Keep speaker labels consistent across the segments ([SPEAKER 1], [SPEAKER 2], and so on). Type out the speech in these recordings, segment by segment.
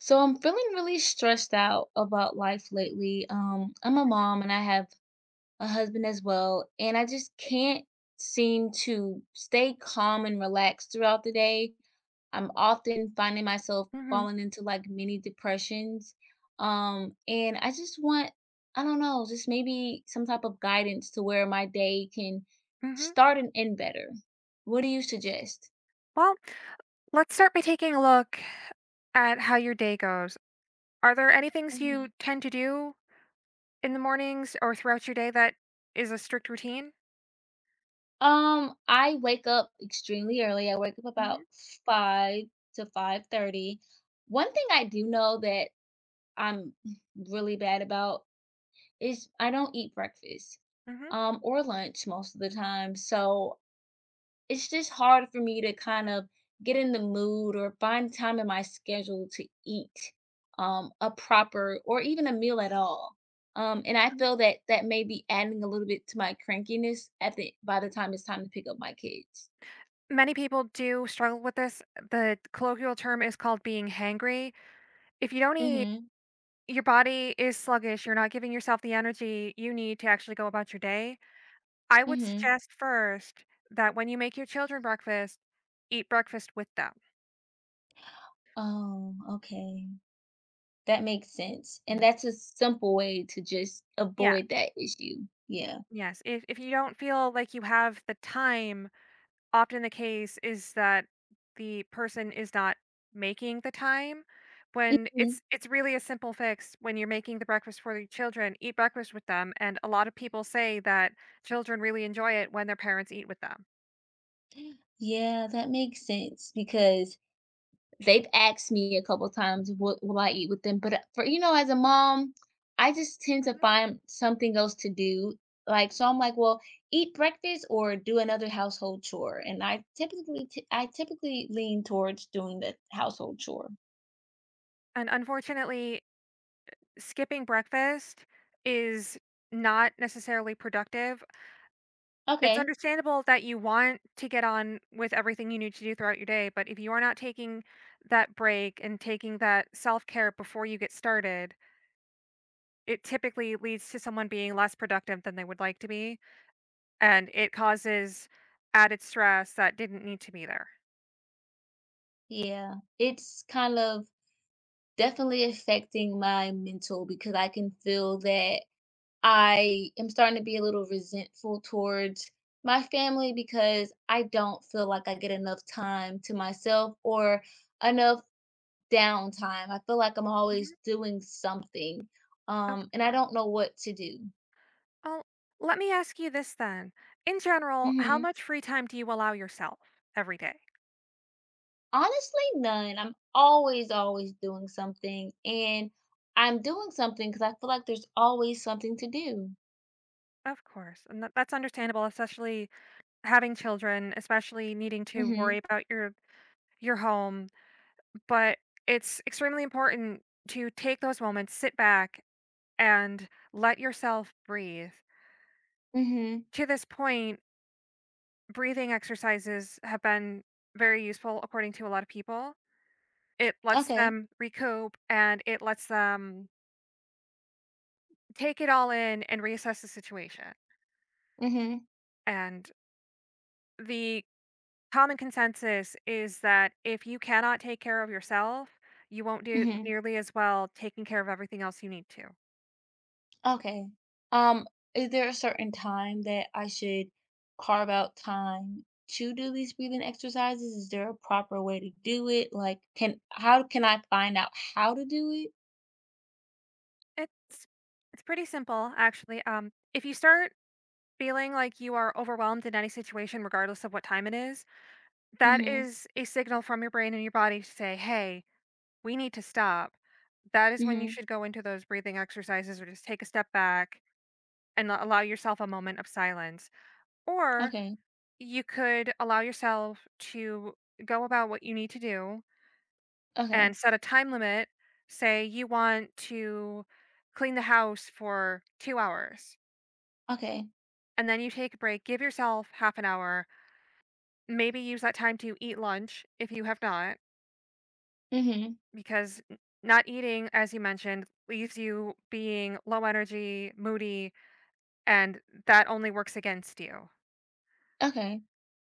[SPEAKER 1] So I'm feeling really stressed out about life lately. I'm a mom and I have a husband as well, and I just can't seem to stay calm and relaxed throughout the day. I'm often finding myself
[SPEAKER 2] Mhm,
[SPEAKER 1] falling into like mini depressions. And I just want, I don't know, just maybe some type of guidance to where my day can
[SPEAKER 2] mhm.
[SPEAKER 1] start and end better. What do you suggest?
[SPEAKER 2] Well, let's start by taking a look at how your day goes. Are there any things you tend to do in the mornings or throughout your day that is a strict routine?
[SPEAKER 1] I wake up extremely early. I wake up about
[SPEAKER 2] Mhm,
[SPEAKER 1] 5 to 5:30. One thing I do know that I'm really bad about is I don't eat breakfast,
[SPEAKER 2] mhm,
[SPEAKER 1] or lunch most of the time. So it's just hard for me to kind of get in the mood or find time in my schedule to eat a proper or even a meal at all. And I
[SPEAKER 2] mhm.
[SPEAKER 1] feel that that may be adding a little bit to my crankiness at the by the time it's time to pick up my kids.
[SPEAKER 2] Many people do struggle with this. The colloquial term is called being hangry. If you don't eat,
[SPEAKER 1] Mhm.
[SPEAKER 2] your body is sluggish. You're not giving yourself the energy you need to actually go about your day. I would
[SPEAKER 1] Mhm.
[SPEAKER 2] suggest first that when you make your children breakfast, eat breakfast with them.
[SPEAKER 1] Oh, okay. That makes sense, and
[SPEAKER 2] Yes.
[SPEAKER 1] that's a simple way to just
[SPEAKER 2] Yeah.
[SPEAKER 1] avoid that issue. Yeah.
[SPEAKER 2] Yes, if you don't feel like you have the time, often the case is that the person is not making the time when
[SPEAKER 1] Mhm.
[SPEAKER 2] it's really a simple fix when you're making the breakfast for the children, eat breakfast with them, and a lot of people say that children really enjoy it when their parents eat with them.
[SPEAKER 1] Yeah, that makes sense because they've asked me a couple times, "What will I eat with them?" But, for as a mom, I just tend to
[SPEAKER 2] Mhm.
[SPEAKER 1] find something else to do, like, so I'm like, "Well, eat breakfast or do another household chore," and I typically lean towards doing the household chore.
[SPEAKER 2] And unfortunately, skipping breakfast is not necessarily productive. It's
[SPEAKER 1] Okay.
[SPEAKER 2] understandable that you want to get on with everything you need to do throughout your day, but if you are not taking that break and taking that self care before you get started, it typically leads to someone being less productive than they would like to be. And it causes added stress that didn't need to be there.
[SPEAKER 1] Yeah. It's kind of definitely affecting my mental because I can feel that I am starting to be a little resentful towards my family because I don't feel like I get enough time to myself or enough downtime. I feel like I'm always
[SPEAKER 2] Mhm.
[SPEAKER 1] doing something,
[SPEAKER 2] Of
[SPEAKER 1] and I
[SPEAKER 2] course.
[SPEAKER 1] don't know what to do.
[SPEAKER 2] Well, let me ask you this then. In general, how
[SPEAKER 1] hmm
[SPEAKER 2] much free time do you allow yourself every day?
[SPEAKER 1] Honestly, none. I'm always, always doing something, and I'm doing something because I feel like there's always something to do.
[SPEAKER 2] Of course. And that's understandable, especially having children, especially needing to
[SPEAKER 1] Mm-hmm.
[SPEAKER 2] worry about your home, but it's extremely important to take those moments, sit back, and let yourself breathe.
[SPEAKER 1] Mm-hmm.
[SPEAKER 2] To this point, breathing exercises have been very useful, according to a lot of people. It lets
[SPEAKER 1] Okay.
[SPEAKER 2] them recoup and it lets them take it all in and reassess the situation.
[SPEAKER 1] Mm-hmm.
[SPEAKER 2] And the common consensus is that if you cannot take care of yourself, you won't do
[SPEAKER 1] hmm
[SPEAKER 2] nearly as well taking care of everything else you need to.
[SPEAKER 1] Okay. Um, is there a certain time that I should carve out time to do these breathing exercises? Is there a proper way to do it? Like, can how can I find out how to do it?
[SPEAKER 2] It's it's pretty simple actually. If you start feeling like you are overwhelmed in any situation, regardless of what time it is, that
[SPEAKER 1] Mm-hmm.
[SPEAKER 2] is a signal from your brain and your body to say, "Hey, we need to stop." That is when you
[SPEAKER 1] Mm-hmm.
[SPEAKER 2] should go into those breathing exercises or just take a step back and allow yourself a moment of silence. Or
[SPEAKER 1] Okay.
[SPEAKER 2] you could allow yourself to go about what you need to do
[SPEAKER 1] Okay.
[SPEAKER 2] and set a time limit. Say you want to clean the house for 2 hours
[SPEAKER 1] Okay.
[SPEAKER 2] and then you take a break. Give yourself half an hour. Maybe use that time to eat lunch if you have not,
[SPEAKER 1] Mm-hmm.
[SPEAKER 2] because not eating, as you mentioned, leaves you being low energy, moody, and that only works against you.
[SPEAKER 1] Okay.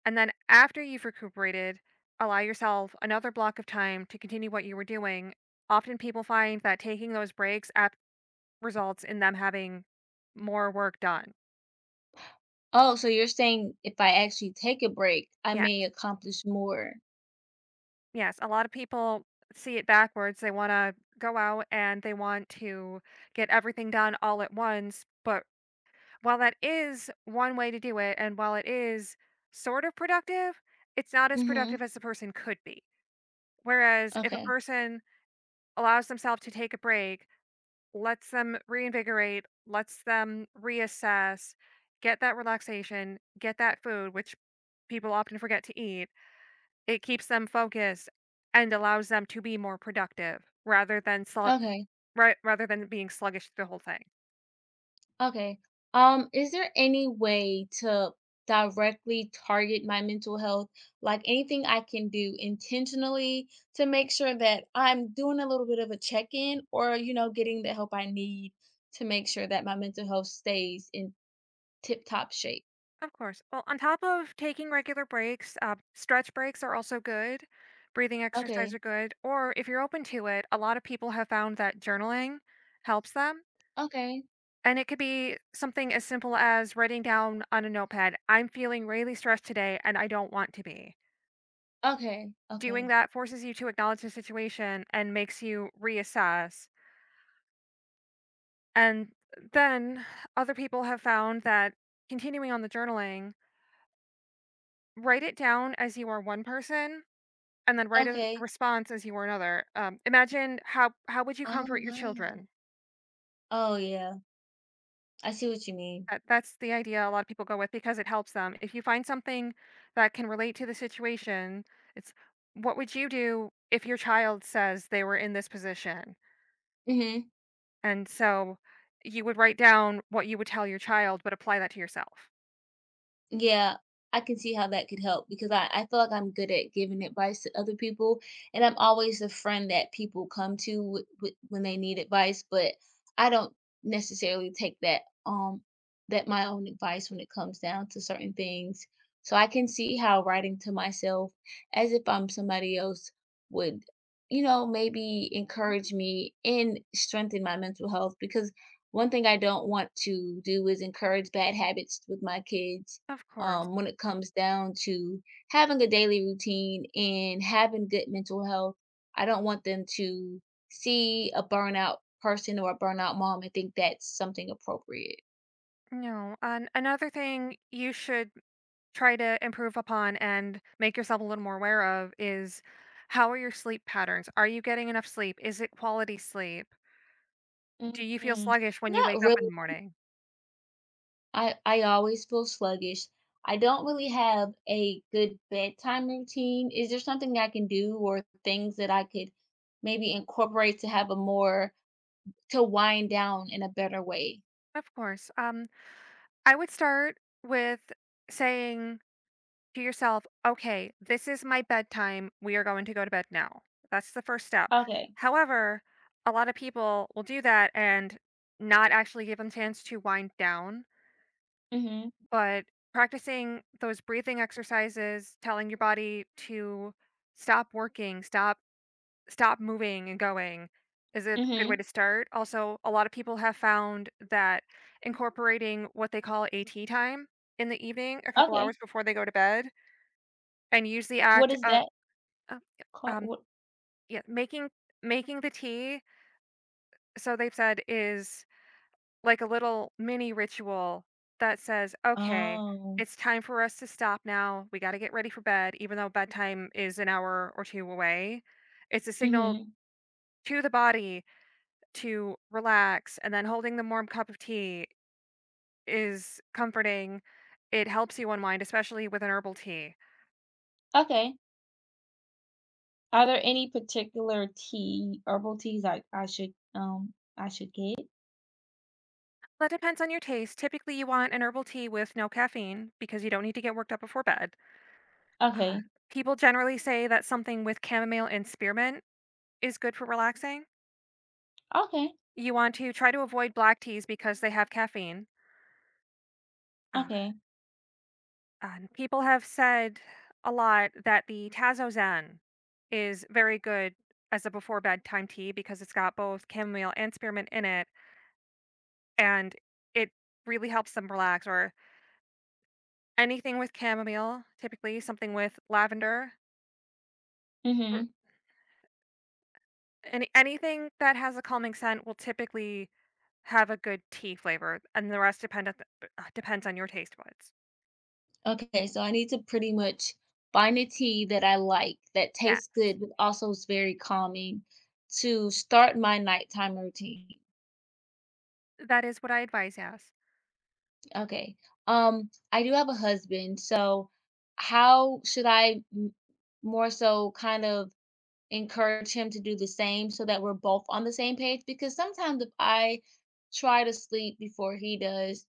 [SPEAKER 2] And then after you've recuperated, allow yourself another block of time to continue what you were doing. Often people find that taking those breaks results in them having more work done.
[SPEAKER 1] Oh, so you're saying if I actually take a break, I
[SPEAKER 2] Yeah.
[SPEAKER 1] may accomplish more.
[SPEAKER 2] Yes, a lot of people see it backwards. They wanna go out and they want to get everything done all at once, but while that is one way to do it, and while it is sort of productive, it's not as productive
[SPEAKER 1] Mm-hmm.
[SPEAKER 2] as the person could be. Whereas if a
[SPEAKER 1] Okay.
[SPEAKER 2] person allows themselves to take a break, lets them reinvigorate, lets them reassess, get that relaxation, get that food, which people often forget to eat. It keeps them focused and allows them to be more productive
[SPEAKER 1] Okay.
[SPEAKER 2] rather than being sluggish through the whole thing.
[SPEAKER 1] Okay. Is there any way to directly target my mental health? Like anything I can do intentionally to make sure that I'm doing a little bit of a check in or, you know, getting the help I need to make sure that my mental health stays in tip top shape?
[SPEAKER 2] Of course. Well, on top of taking regular breaks, stretch breaks are also good, breathing exercise
[SPEAKER 1] Okay.
[SPEAKER 2] are good, or if you're open to it, a lot of people have found that journaling helps them,
[SPEAKER 1] Okay.
[SPEAKER 2] and it could be something as simple as writing down on a notepad, "I'm feeling really stressed today, and I don't want to be."
[SPEAKER 1] Okay.
[SPEAKER 2] Doing
[SPEAKER 1] Okay.
[SPEAKER 2] that forces you to acknowledge the situation and makes you reassess. And then other people have found that continuing on the journaling, write it down as you are one person and then write a
[SPEAKER 1] Okay.
[SPEAKER 2] response as you are another. Imagine how would you
[SPEAKER 1] Oh,
[SPEAKER 2] comfort your
[SPEAKER 1] wow.
[SPEAKER 2] children?
[SPEAKER 1] Oh, yeah. I see what you mean.
[SPEAKER 2] That's the idea a lot of people go with because it helps them. If you find something that can relate to the situation, it's what would you do if your child says they were in this position?
[SPEAKER 1] hmm
[SPEAKER 2] And so you would write down what you would tell your child, but apply that to yourself.
[SPEAKER 1] Yeah, I can see how that could help because I feel like I'm good at giving advice to other people, and I'm always the friend that people come to when they need advice. But I don't necessarily take that my own advice when it comes down to certain things. So I can see how writing to myself as if I'm somebody else would, you know, maybe
[SPEAKER 2] Mhm.
[SPEAKER 1] encourage me and strengthen my mental health because one thing I don't want to do is encourage bad habits with my kids
[SPEAKER 2] Of course.
[SPEAKER 1] when it comes down to having a daily routine and having good mental health. I don't want them to see a burnout person or a burnout mom and think that's something appropriate.
[SPEAKER 2] No. And another thing you should try to improve upon and make yourself a little more aware of is, how are your sleep patterns? Are you getting enough sleep? Is it quality sleep? Do you feel
[SPEAKER 1] Mm,
[SPEAKER 2] sluggish when you
[SPEAKER 1] Not
[SPEAKER 2] wake up in
[SPEAKER 1] really.
[SPEAKER 2] the morning?
[SPEAKER 1] I always feel sluggish. I don't really have a good bedtime routine. Is there something I can do or things that I could maybe incorporate to have a more, to wind down in a better way?
[SPEAKER 2] Of course. I would start with saying to yourself, okay, this is my bedtime. We are going to go to bed now. That's the first step.
[SPEAKER 1] Okay.
[SPEAKER 2] However, a lot of people will do that and not actually give them chance to wind down.
[SPEAKER 1] Mm-hmm.
[SPEAKER 2] But practicing those breathing exercises, telling your body to stop working, stop moving and going is a good way
[SPEAKER 1] Mm-hmm.
[SPEAKER 2] to start. Also, a lot of people have found that incorporating what they call AT time in the evening, a couple
[SPEAKER 1] Okay.
[SPEAKER 2] hours before they go to bed, and use the
[SPEAKER 1] What
[SPEAKER 2] act
[SPEAKER 1] is
[SPEAKER 2] of
[SPEAKER 1] that
[SPEAKER 2] um, yep,
[SPEAKER 1] called?
[SPEAKER 2] um,
[SPEAKER 1] What
[SPEAKER 2] yeah, making making the tea, so they've said, is like a little mini ritual that says, "Okay,
[SPEAKER 1] Oh,
[SPEAKER 2] it's time for us to stop now. We gotta get ready for bed," even though bedtime is an hour or 2 away. It's a signal
[SPEAKER 1] mhm.
[SPEAKER 2] to the body to relax, and then holding the warm cup of tea is comforting. It helps you unwind, especially with an herbal tea.
[SPEAKER 1] Okay. Are there any particular tea herbal teas like I should get?
[SPEAKER 2] That depends on your taste. Typically, you want an herbal tea with no caffeine because you don't need to get worked up before bed. Uh,
[SPEAKER 1] Okay.
[SPEAKER 2] people generally say that something with chamomile and spearmint is good for relaxing.
[SPEAKER 1] Okay.
[SPEAKER 2] You want to try to avoid black teas because they have caffeine. Uh,
[SPEAKER 1] Okay.
[SPEAKER 2] and people have said a lot that the Tazozan is very good as a before bedtime tea because it's got both chamomile and spearmint in it, and it really helps them relax. Or anything with chamomile, typically something with lavender, or
[SPEAKER 1] Mhm.
[SPEAKER 2] anything that has a calming scent will typically have a good tea flavor, and the rest depend on the depends on your taste buds.
[SPEAKER 1] Okay, so I need to pretty much find a tea that I like, that tastes
[SPEAKER 2] Yes.
[SPEAKER 1] good, but also is very calming to start my nighttime routine.
[SPEAKER 2] That is what I advise, yes.
[SPEAKER 1] Okay. I do have a husband, so how should I m more so kind of encourage him to do the same so that we're both on the same page because sometimes if I try to sleep before he does,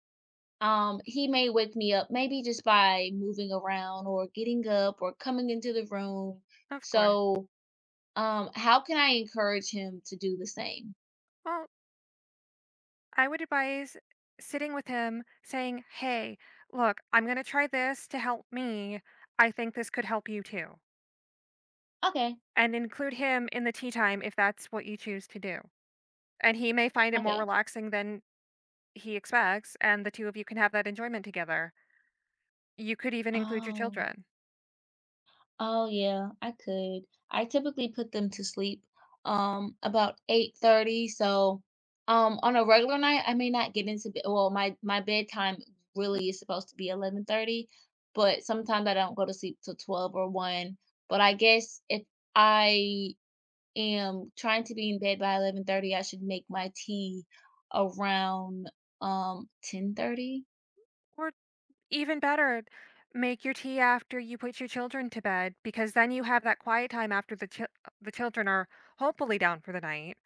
[SPEAKER 1] he may wake me up maybe just by moving around or getting up or coming into the room.
[SPEAKER 2] Of course.
[SPEAKER 1] So, how can I encourage him to do the same?
[SPEAKER 2] Well, I would advise sitting with him saying, "Hey, look, I'm gonna try this to help me. I think this could help you too."
[SPEAKER 1] Okay.
[SPEAKER 2] And include him in the tea time if that's what you choose to do. And he may find it more
[SPEAKER 1] Okay.
[SPEAKER 2] relaxing than he expects, and the 2 of you can have that enjoyment together. You could even include your
[SPEAKER 1] Oh.
[SPEAKER 2] children.
[SPEAKER 1] Oh yeah, I could. I typically put them to sleep about 8:30, so on a regular night I may not get into bed. Well, my bedtime
[SPEAKER 2] Mm.
[SPEAKER 1] really is supposed to be 11:30, but sometimes I don't go to sleep till 12 or 1. But I guess if I am trying to be in bed by 11:30, I should make my tea around 10:30.
[SPEAKER 2] Or even better, make your tea after you put your children to bed because then you have that quiet time after the the children are hopefully down for the night.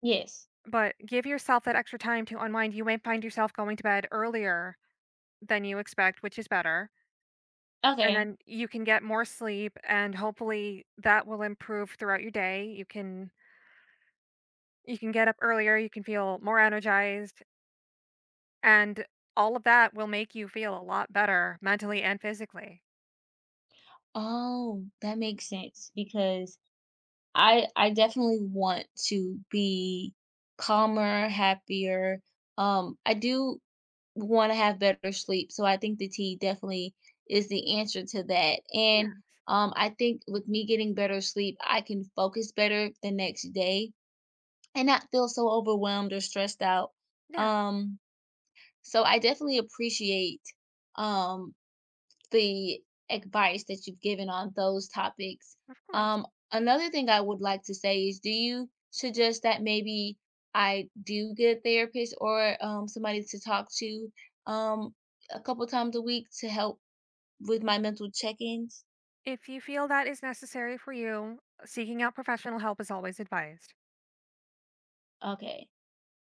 [SPEAKER 1] Yes.
[SPEAKER 2] But give yourself that extra time to unwind. You may find yourself going to bed earlier than you expect, which is better. And
[SPEAKER 1] Okay.
[SPEAKER 2] then you can get more sleep and hopefully that will improve throughout your day. You can get up earlier, you can feel more energized and all of that will make you feel a lot better mentally and physically.
[SPEAKER 1] Oh, that makes sense because I definitely want to be calmer, happier. I do want to have better sleep, so I think the tea definitely is the answer to that.
[SPEAKER 2] Yeah.
[SPEAKER 1] And I think with me getting better sleep, I can focus better the next day and not feel so overwhelmed or stressed out.
[SPEAKER 2] Yeah,
[SPEAKER 1] Um, so I definitely appreciate um the advice that you've given on those topics.
[SPEAKER 2] of course.
[SPEAKER 1] Um, Another thing I would like to say is do you suggest that maybe I do get a therapist or somebody to talk to um, a couple times a week to help with my mental check ins?
[SPEAKER 2] If you feel that is necessary for you, seeking out professional help is always advised.
[SPEAKER 1] Okay.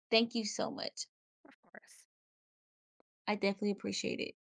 [SPEAKER 1] Thank you so much.
[SPEAKER 2] Of course.
[SPEAKER 1] I definitely appreciate it.